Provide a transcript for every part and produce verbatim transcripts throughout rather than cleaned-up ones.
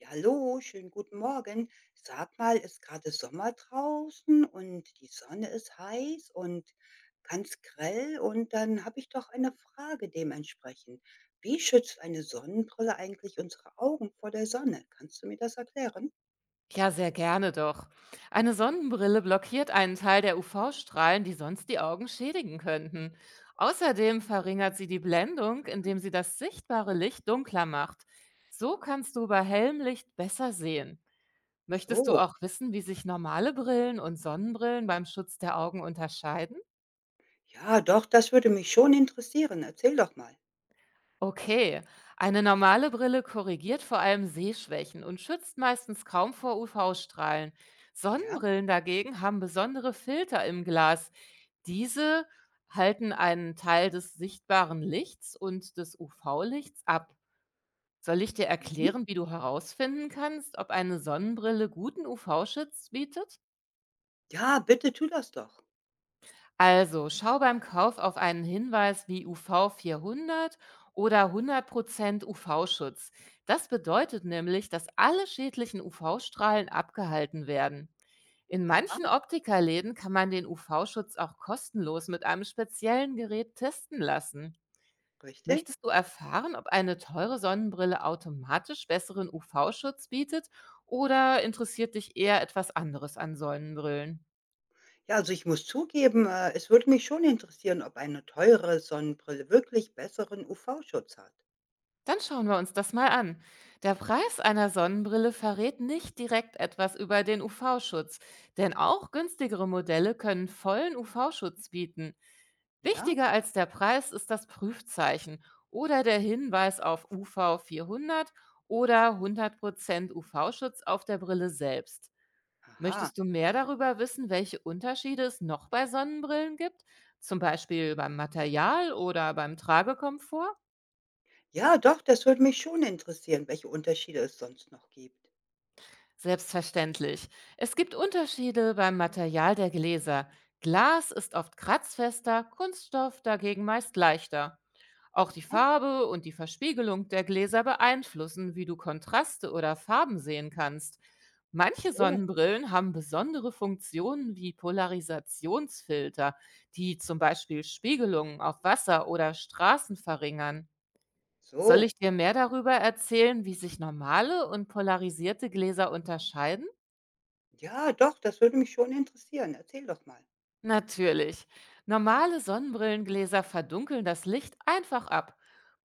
Ja, hallo, schönen guten Morgen. Sag mal, ist gerade Sommer draußen und die Sonne ist heiß und ganz grell und dann habe ich doch eine Frage dementsprechend. Wie schützt eine Sonnenbrille eigentlich unsere Augen vor der Sonne? Kannst du mir das erklären? Ja, sehr gerne doch. Eine Sonnenbrille blockiert einen Teil der U V-Strahlen, die sonst die Augen schädigen könnten. Außerdem verringert sie die Blendung, indem sie das sichtbare Licht dunkler macht. So kannst du bei hellem Licht besser sehen. Möchtest du So, auch wissen, wie sich normale Brillen und Sonnenbrillen beim Schutz der Augen unterscheiden? ja, doch, das würde mich schon interessieren. Erzähl doch mal. Okay, eine normale Brille korrigiert vor allem Sehschwächen und schützt meistens kaum vor U V-Strahlen. Ja? Sonnenbrillen dagegen haben besondere Filter im Glas. Diese halten einen Teil des sichtbaren Lichts und des U V-Lichts ab. Soll ich dir Mhm. erklären, wie du herausfinden kannst, ob eine Sonnenbrille guten U V-Schutz bietet? Ja, bitte tu das doch. Also, schau beim Kauf auf einen Hinweis wie U V vierhundert oder hundert Prozent U V-Schutz. Das bedeutet nämlich, dass alle schädlichen U V-Strahlen abgehalten werden. In Aha, manchen Optikerläden kann man den U V-Schutz auch kostenlos mit einem speziellen Gerät testen lassen. richtig. Möchtest du erfahren, ob eine teure Sonnenbrille automatisch besseren U V-Schutz bietet, oder interessiert dich eher etwas anderes an Sonnenbrillen? Ja, also ich muss zugeben, äh, es würde mich schon interessieren, ob eine teure Sonnenbrille wirklich besseren U V-Schutz hat. Dann schauen wir uns das mal an. Der Preis einer Sonnenbrille verrät nicht direkt etwas über den U V-Schutz, denn auch günstigere Modelle können vollen U V-Schutz bieten. Ja? Wichtiger als der Preis ist das Prüfzeichen oder der Hinweis auf U V vierhundert oder hundert Prozent U V-Schutz auf der Brille selbst. Aha. Möchtest du mehr darüber wissen, welche Unterschiede es noch bei Sonnenbrillen gibt, zum Beispiel beim Material oder beim Tragekomfort? Ja, doch, das würde mich schon interessieren, welche Unterschiede es sonst noch gibt. Selbstverständlich. Es gibt Unterschiede beim Material der Gläser. Glas ist oft kratzfester, Kunststoff dagegen meist leichter. Auch die Aha. Farbe und die Verspiegelung der Gläser beeinflussen, wie du Kontraste oder Farben sehen kannst. Ach Manche so, Sonnenbrillen haben besondere Funktionen wie Polarisationsfilter, die zum Beispiel Spiegelungen auf Wasser oder Straßen verringern. Soll so. ich dir mehr darüber erzählen, wie sich normale und polarisierte Gläser unterscheiden? Ja, doch, das würde mich schon interessieren. Erzähl doch mal. Natürlich. Normale Sonnenbrillengläser verdunkeln das Licht einfach ab.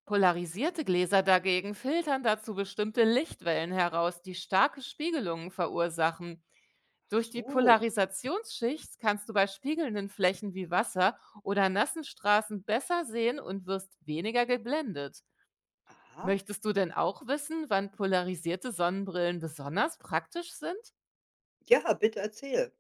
Polarisierte Gläser dagegen filtern dazu bestimmte Lichtwellen heraus, die starke Spiegelungen verursachen. Ach Durch die so. Polarisationsschicht kannst du bei spiegelnden Flächen wie Wasser oder nassen Straßen besser sehen und wirst weniger geblendet. Aha. Möchtest du denn auch wissen, wann polarisierte Sonnenbrillen besonders praktisch sind? Ja, bitte erzähl.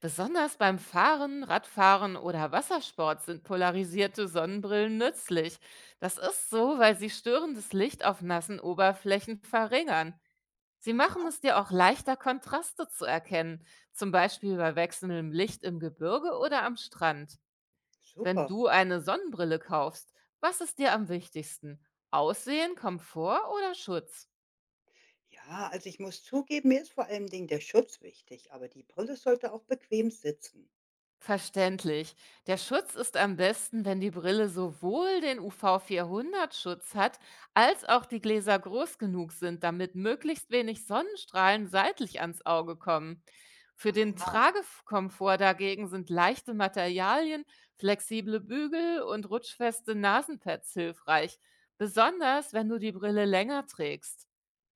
Besonders beim Fahren, Radfahren oder Wassersport sind polarisierte Sonnenbrillen nützlich. Das ist so, weil sie störendes Licht auf nassen Oberflächen verringern. Sie Aha, machen es dir auch leichter, Kontraste zu erkennen, zum Beispiel bei wechselndem Licht im Gebirge oder am Strand. Wenn super. du eine Sonnenbrille kaufst, was ist dir am wichtigsten? Aussehen, Komfort oder Schutz? Ja, also ich muss zugeben, mir ist vor allem Dingen der Schutz wichtig, aber die Brille sollte auch bequem sitzen. Verständlich. Der Schutz ist am besten, wenn die Brille sowohl den U V vierhundert Schutz hat, als auch die Gläser groß genug sind, damit möglichst wenig Sonnenstrahlen seitlich ans Auge kommen. Für den Aha, Tragekomfort dagegen sind leichte Materialien, flexible Bügel und rutschfeste Nasenpads hilfreich, besonders wenn du die Brille länger trägst.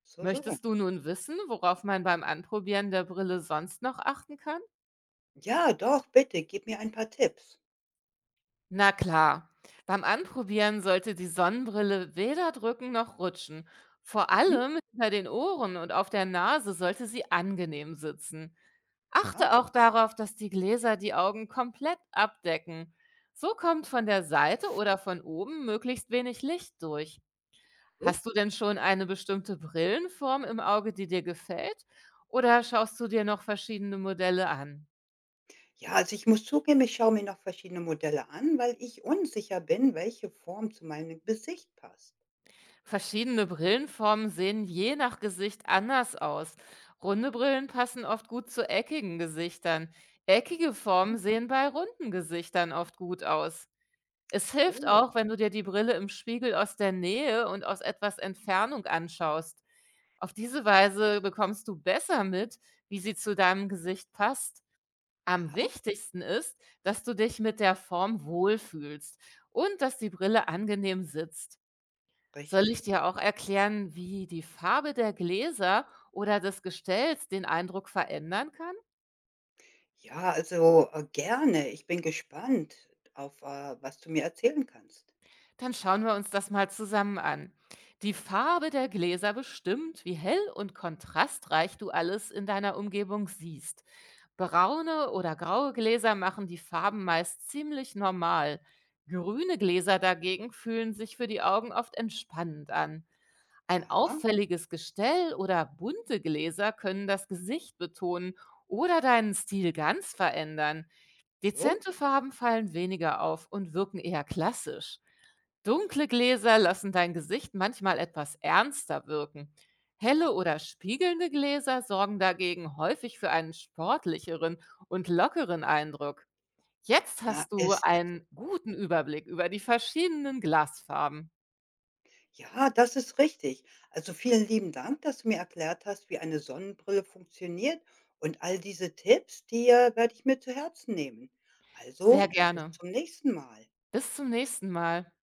so, so. Möchtest du nun wissen, worauf man beim Anprobieren der Brille sonst noch achten kann? Ja, doch, bitte, gib mir ein paar Tipps. Na klar, beim Anprobieren sollte die Sonnenbrille weder drücken noch rutschen. Vor Mhm. allem hinter den Ohren und auf der Nase sollte sie angenehm sitzen. Ja, Achte auch darauf, dass die Gläser die Augen komplett abdecken. So kommt von der Seite oder von oben möglichst wenig Licht durch. so. Hast du denn schon eine bestimmte Brillenform im Auge, die dir gefällt? Oder schaust du dir noch verschiedene Modelle an? Ja, also ich muss zugeben, ich schaue mir noch verschiedene Modelle an, weil ich unsicher bin, welche Form zu meinem Gesicht passt. Verschiedene Brillenformen sehen je nach Gesicht anders aus. Runde Brillen passen oft gut zu eckigen Gesichtern. Eckige Mhm. Formen sehen bei runden Gesichtern oft gut aus. Ach Es hilft so. auch, wenn du dir die Brille im Spiegel aus der Nähe und aus etwas Entfernung anschaust. Auf diese Weise bekommst du besser mit, wie sie zu deinem Gesicht passt. Am Aha, wichtigsten ist, dass du dich mit der Form wohlfühlst und dass die Brille angenehm sitzt. Soll richtig. ich dir auch erklären, wie die Farbe der Gläser oder des Gestells den Eindruck verändern kann? Ja, also äh, gerne. Ich bin gespannt auf, äh, was du mir erzählen kannst. Dann schauen wir uns das mal zusammen an. Die Farbe der Gläser bestimmt, wie hell und kontrastreich du alles in deiner Umgebung siehst. Braune oder graue Gläser machen die Farben meist ziemlich normal. Grüne Gläser dagegen fühlen sich für die Augen oft entspannend an. Ein Aha, auffälliges Gestell oder bunte Gläser können das Gesicht betonen oder deinen Stil ganz verändern. so. Dezente Farben fallen weniger auf und wirken eher klassisch. Dunkle Gläser lassen dein Gesicht manchmal etwas ernster wirken. Ach, Helle oder spiegelnde Gläser sorgen dagegen häufig für einen sportlicheren und lockeren Eindruck. Jetzt na, hast du ist jetzt. einen guten Überblick über die verschiedenen Glasfarben. Ja, das ist richtig. Also vielen lieben Dank, dass du mir erklärt hast, wie eine Sonnenbrille funktioniert und all diese Tipps, die, äh, werde ich mir zu Herzen nehmen. Also, Sehr bis gerne. zum nächsten Mal. Bis zum nächsten Mal.